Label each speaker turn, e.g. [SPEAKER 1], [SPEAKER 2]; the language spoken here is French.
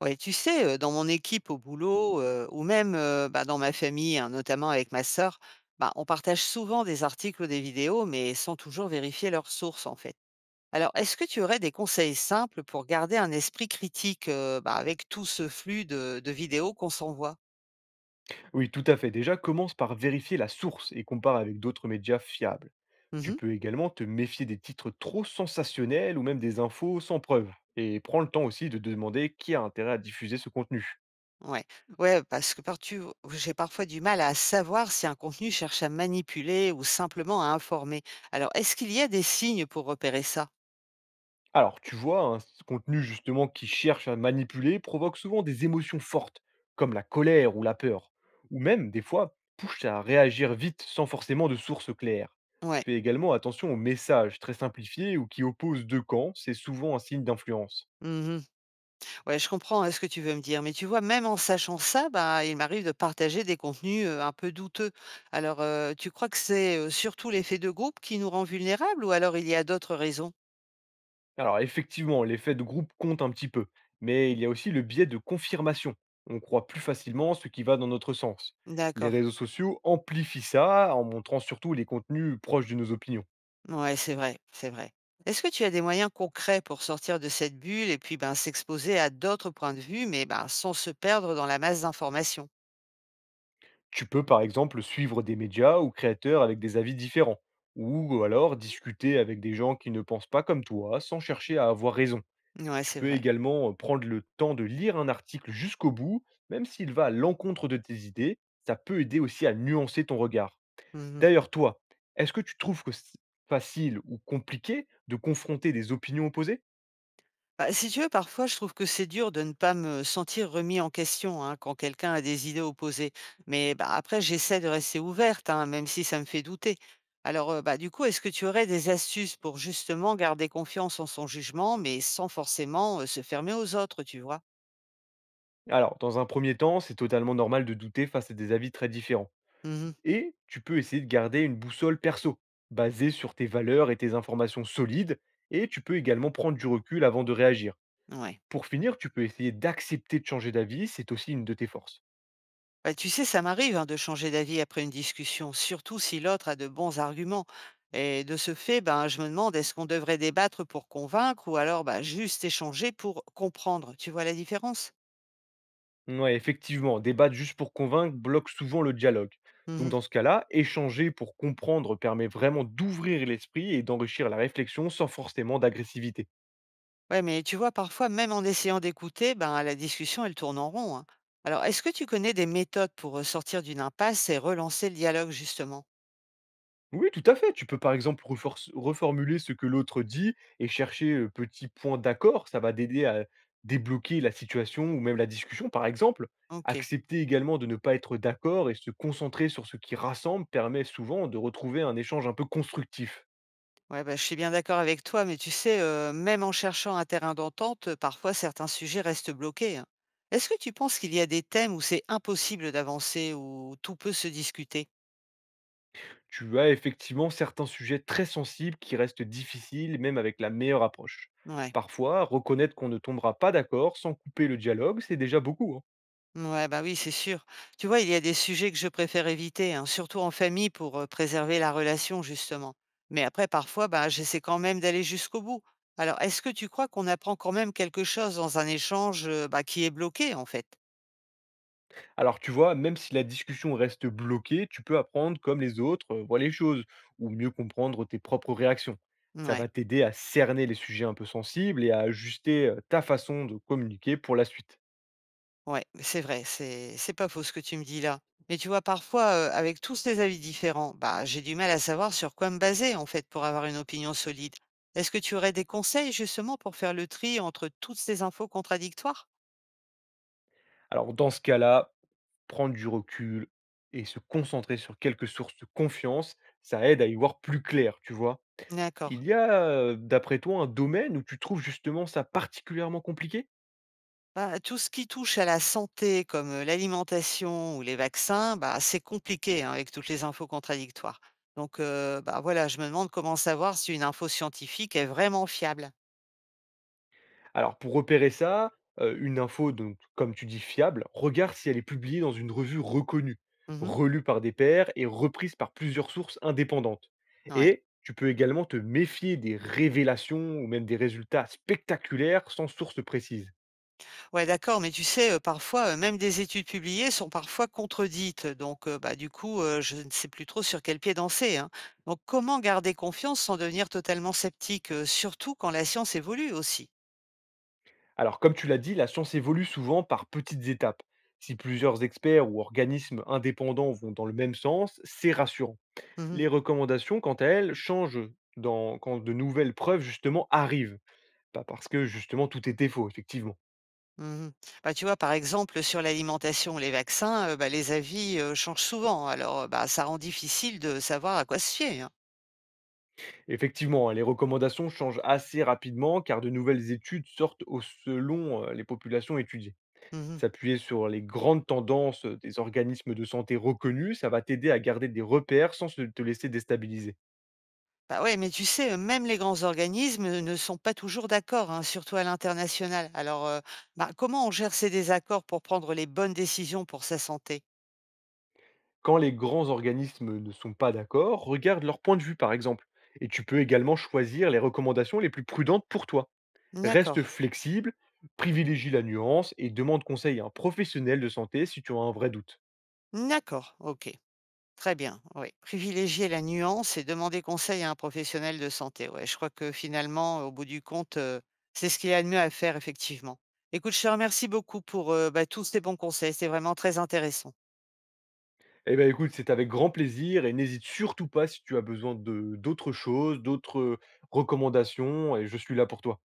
[SPEAKER 1] Ouais, tu sais, dans mon équipe au boulot, ou même, bah, dans ma famille, hein, notamment avec ma sœur, bah, on partage souvent des articles ou des vidéos, mais sans toujours vérifier leurs sources, en fait. Alors, est-ce que tu aurais des conseils simples pour garder un esprit critique, bah, avec tout ce flux de vidéos qu'on s'envoie?
[SPEAKER 2] Oui, tout à fait. Déjà, commence par vérifier la source et compare avec d'autres médias fiables. Tu
[SPEAKER 1] Mmh.
[SPEAKER 2] peux également te méfier des titres trop sensationnels ou même des infos sans preuve. Et prends le temps aussi de demander qui a intérêt à diffuser ce contenu.
[SPEAKER 1] Ouais. Ouais, parce que par tu j'ai parfois du mal à savoir si un contenu cherche à manipuler ou simplement à informer. Alors, est-ce qu'il y a des signes pour repérer ça?
[SPEAKER 2] Alors, tu vois, contenu justement qui cherche à manipuler provoque souvent des émotions fortes, comme la colère ou la peur, ou même des fois pousse à réagir vite sans forcément de source claire.
[SPEAKER 1] Ouais.
[SPEAKER 2] Fais également attention aux messages très simplifiés ou qui opposent deux camps, c'est souvent un signe d'influence.
[SPEAKER 1] Mmh. Ouais, je comprends, hein, ce que tu veux me dire. Mais tu vois, même en sachant ça, bah, il m'arrive de partager des contenus, un peu douteux. Alors, tu crois que c'est, surtout l'effet de groupe qui nous rend vulnérables ou alors il y a d'autres raisons?
[SPEAKER 2] Alors effectivement, l'effet de groupe compte un petit peu, mais il y a aussi le biais de confirmation. On croit plus facilement ce qui va dans notre sens. Les
[SPEAKER 1] D'accord.
[SPEAKER 2] réseaux sociaux amplifient ça en montrant surtout les contenus proches de nos opinions.
[SPEAKER 1] Ouais, c'est vrai, c'est vrai. Est-ce que tu as des moyens concrets pour sortir de cette bulle et puis, ben, s'exposer à d'autres points de vue, mais, ben, sans se perdre dans la masse d'informations?
[SPEAKER 2] Tu peux par exemple suivre des médias ou créateurs avec des avis différents, ou alors discuter avec des gens qui ne pensent pas comme toi sans chercher à avoir raison.
[SPEAKER 1] Ouais,
[SPEAKER 2] Tu
[SPEAKER 1] c'est
[SPEAKER 2] peux
[SPEAKER 1] vrai.
[SPEAKER 2] également prendre le temps de lire un article jusqu'au bout, même s'il va à l'encontre de tes idées, ça peut aider aussi à nuancer ton regard.
[SPEAKER 1] Mmh.
[SPEAKER 2] D'ailleurs, toi, est-ce que tu trouves que c'est facile ou compliqué de confronter des opinions opposées?
[SPEAKER 1] Bah, si tu veux, parfois, je trouve que c'est dur de ne pas me sentir remis en question, hein, quand quelqu'un a des idées opposées. Mais bah, après, j'essaie de rester ouverte, hein, même si ça me fait douter. Alors, bah, du coup, est-ce que tu aurais des astuces pour justement garder confiance en son jugement, mais sans forcément se fermer aux autres, tu vois?
[SPEAKER 2] Alors, dans un premier temps, c'est totalement normal de douter face à des avis très différents.
[SPEAKER 1] Mhm.
[SPEAKER 2] Et tu peux essayer de garder une boussole perso, basée sur tes valeurs et tes informations solides, et tu peux également prendre du recul avant de réagir.
[SPEAKER 1] Ouais.
[SPEAKER 2] Pour finir, tu peux essayer d'accepter de changer d'avis, c'est aussi une de tes forces.
[SPEAKER 1] Bah, tu sais, ça m'arrive, hein, de changer d'avis après une discussion, surtout si l'autre a de bons arguments. Et de ce fait, ben, je me demande, est-ce qu'on devrait débattre pour convaincre ou alors bah, juste échanger pour comprendre? Tu vois la différence?
[SPEAKER 2] Ouais, effectivement, débattre juste pour convaincre bloque souvent le dialogue. Donc
[SPEAKER 1] Mhm.
[SPEAKER 2] dans ce cas-là, échanger pour comprendre permet vraiment d'ouvrir l'esprit et d'enrichir la réflexion sans forcément d'agressivité.
[SPEAKER 1] Ouais, mais tu vois, parfois, même en essayant d'écouter, ben, la discussion, elle tourne en rond, hein. Alors, est-ce que tu connais des méthodes pour sortir d'une impasse et relancer le dialogue, justement?
[SPEAKER 2] Oui, tout à fait. Tu peux par exemple reformuler ce que l'autre dit et chercher petit point d'accord. Ça va t'aider à débloquer la situation ou même la discussion, par exemple.
[SPEAKER 1] Ok.
[SPEAKER 2] Accepter également de ne pas être d'accord et se concentrer sur ce qui rassemble permet souvent de retrouver un échange un peu constructif.
[SPEAKER 1] Ouais, bah, je suis bien d'accord avec toi, mais tu sais, même en cherchant un terrain d'entente, parfois certains sujets restent bloqués, hein. Est-ce que tu penses qu'il y a des thèmes où c'est impossible d'avancer, où tout peut se discuter?
[SPEAKER 2] Tu as effectivement certains sujets très sensibles qui restent difficiles, même avec la meilleure approche.
[SPEAKER 1] Ouais.
[SPEAKER 2] Parfois, reconnaître qu'on ne tombera pas d'accord sans couper le dialogue, c'est déjà beaucoup, hein.
[SPEAKER 1] Ouais, bah, oui, c'est sûr. Tu vois, il y a des sujets que je préfère éviter, hein, surtout en famille pour, préserver la relation justement. Mais après parfois, bah, j'essaie quand même d'aller jusqu'au bout. Alors est-ce que tu crois qu'on apprend quand même quelque chose dans un échange, bah, qui est bloqué en fait?
[SPEAKER 2] Alors tu vois, même si la discussion reste bloquée, tu peux apprendre comme les autres voient les choses, ou mieux comprendre tes propres réactions. Ça
[SPEAKER 1] Ouais.
[SPEAKER 2] va t'aider à cerner les sujets un peu sensibles et à ajuster ta façon de communiquer pour la suite.
[SPEAKER 1] Ouais, c'est vrai, c'est pas faux ce que tu me dis là. Mais tu vois, parfois, avec tous ces avis différents, bah, j'ai du mal à savoir sur quoi me baser, en fait, pour avoir une opinion solide. Est-ce que tu aurais des conseils, justement, pour faire le tri entre toutes ces infos contradictoires?
[SPEAKER 2] Alors dans ce cas-là, prendre du recul et se concentrer sur quelques sources de confiance, ça aide à y voir plus clair, tu vois.
[SPEAKER 1] D'accord.
[SPEAKER 2] Il y a, d'après toi, un domaine où tu trouves justement ça particulièrement compliqué?
[SPEAKER 1] Bah, tout ce qui touche à la santé, comme l'alimentation ou les vaccins, bah, c'est compliqué, hein, avec toutes les infos contradictoires. Donc, bah, voilà, je me demande comment savoir si une info scientifique est vraiment fiable.
[SPEAKER 2] Alors pour repérer ça, une info donc comme tu dis fiable, regarde si elle est publiée dans une revue reconnue,
[SPEAKER 1] Mhm.
[SPEAKER 2] relue par des pairs et reprise par plusieurs sources indépendantes.
[SPEAKER 1] Ouais.
[SPEAKER 2] Et tu peux également te méfier des révélations ou même des résultats spectaculaires sans source précise.
[SPEAKER 1] Ouais, d'accord, mais tu sais, parfois, même des études publiées sont parfois contredites, donc bah, du coup, je ne sais plus trop sur quel pied danser, hein. Donc comment garder confiance sans devenir totalement sceptique, surtout quand la science évolue aussi?
[SPEAKER 2] Alors comme tu l'as dit, la science évolue souvent par petites étapes. Si plusieurs experts ou organismes indépendants vont dans le même sens, c'est rassurant.
[SPEAKER 1] Mmh mh.
[SPEAKER 2] Les recommandations, quant à elles, changent dans quand de nouvelles preuves justement arrivent. Pas parce que justement tout était faux, effectivement.
[SPEAKER 1] Mmh. Bah, tu vois, par exemple, sur l'alimentation les vaccins, bah, les avis, changent souvent alors, bah, ça rend difficile de savoir à quoi se fier, hein.
[SPEAKER 2] Effectivement, hein, les recommandations changent assez rapidement car de nouvelles études sortent au selon les populations étudiées.
[SPEAKER 1] Mmh.
[SPEAKER 2] S'appuyer sur les grandes tendances des organismes de santé reconnus, ça va t'aider à garder des repères sans te laisser déstabiliser.
[SPEAKER 1] Bah, ouais, mais tu sais, même les grands organismes, ne sont pas toujours d'accord, hein, surtout à l'international. Alors, bah, comment on gère ces désaccords pour prendre les bonnes décisions pour sa santé?
[SPEAKER 2] Quand les grands organismes ne sont pas d'accord, regarde leur point de vue par exemple. Et tu peux également choisir les recommandations les plus prudentes pour toi.
[SPEAKER 1] D'accord,
[SPEAKER 2] Reste flexible, privilégie la nuance et demande conseil à un professionnel de santé si tu as un vrai doute.
[SPEAKER 1] d'accord, OK, très bien, oui. Privilégier la nuance et demander conseil à un professionnel de santé. Ouais, je crois que finalement, au bout du compte, c'est ce qu'il y a de mieux à faire effectivement. Écoute, je te remercie beaucoup pour, bah, tous tes bons conseils, c'est vraiment très intéressant.
[SPEAKER 2] Eh bien écoute, c'est avec grand plaisir et n'hésite surtout pas si tu as besoin de d'autres choses, d'autres recommandations et je suis là pour toi.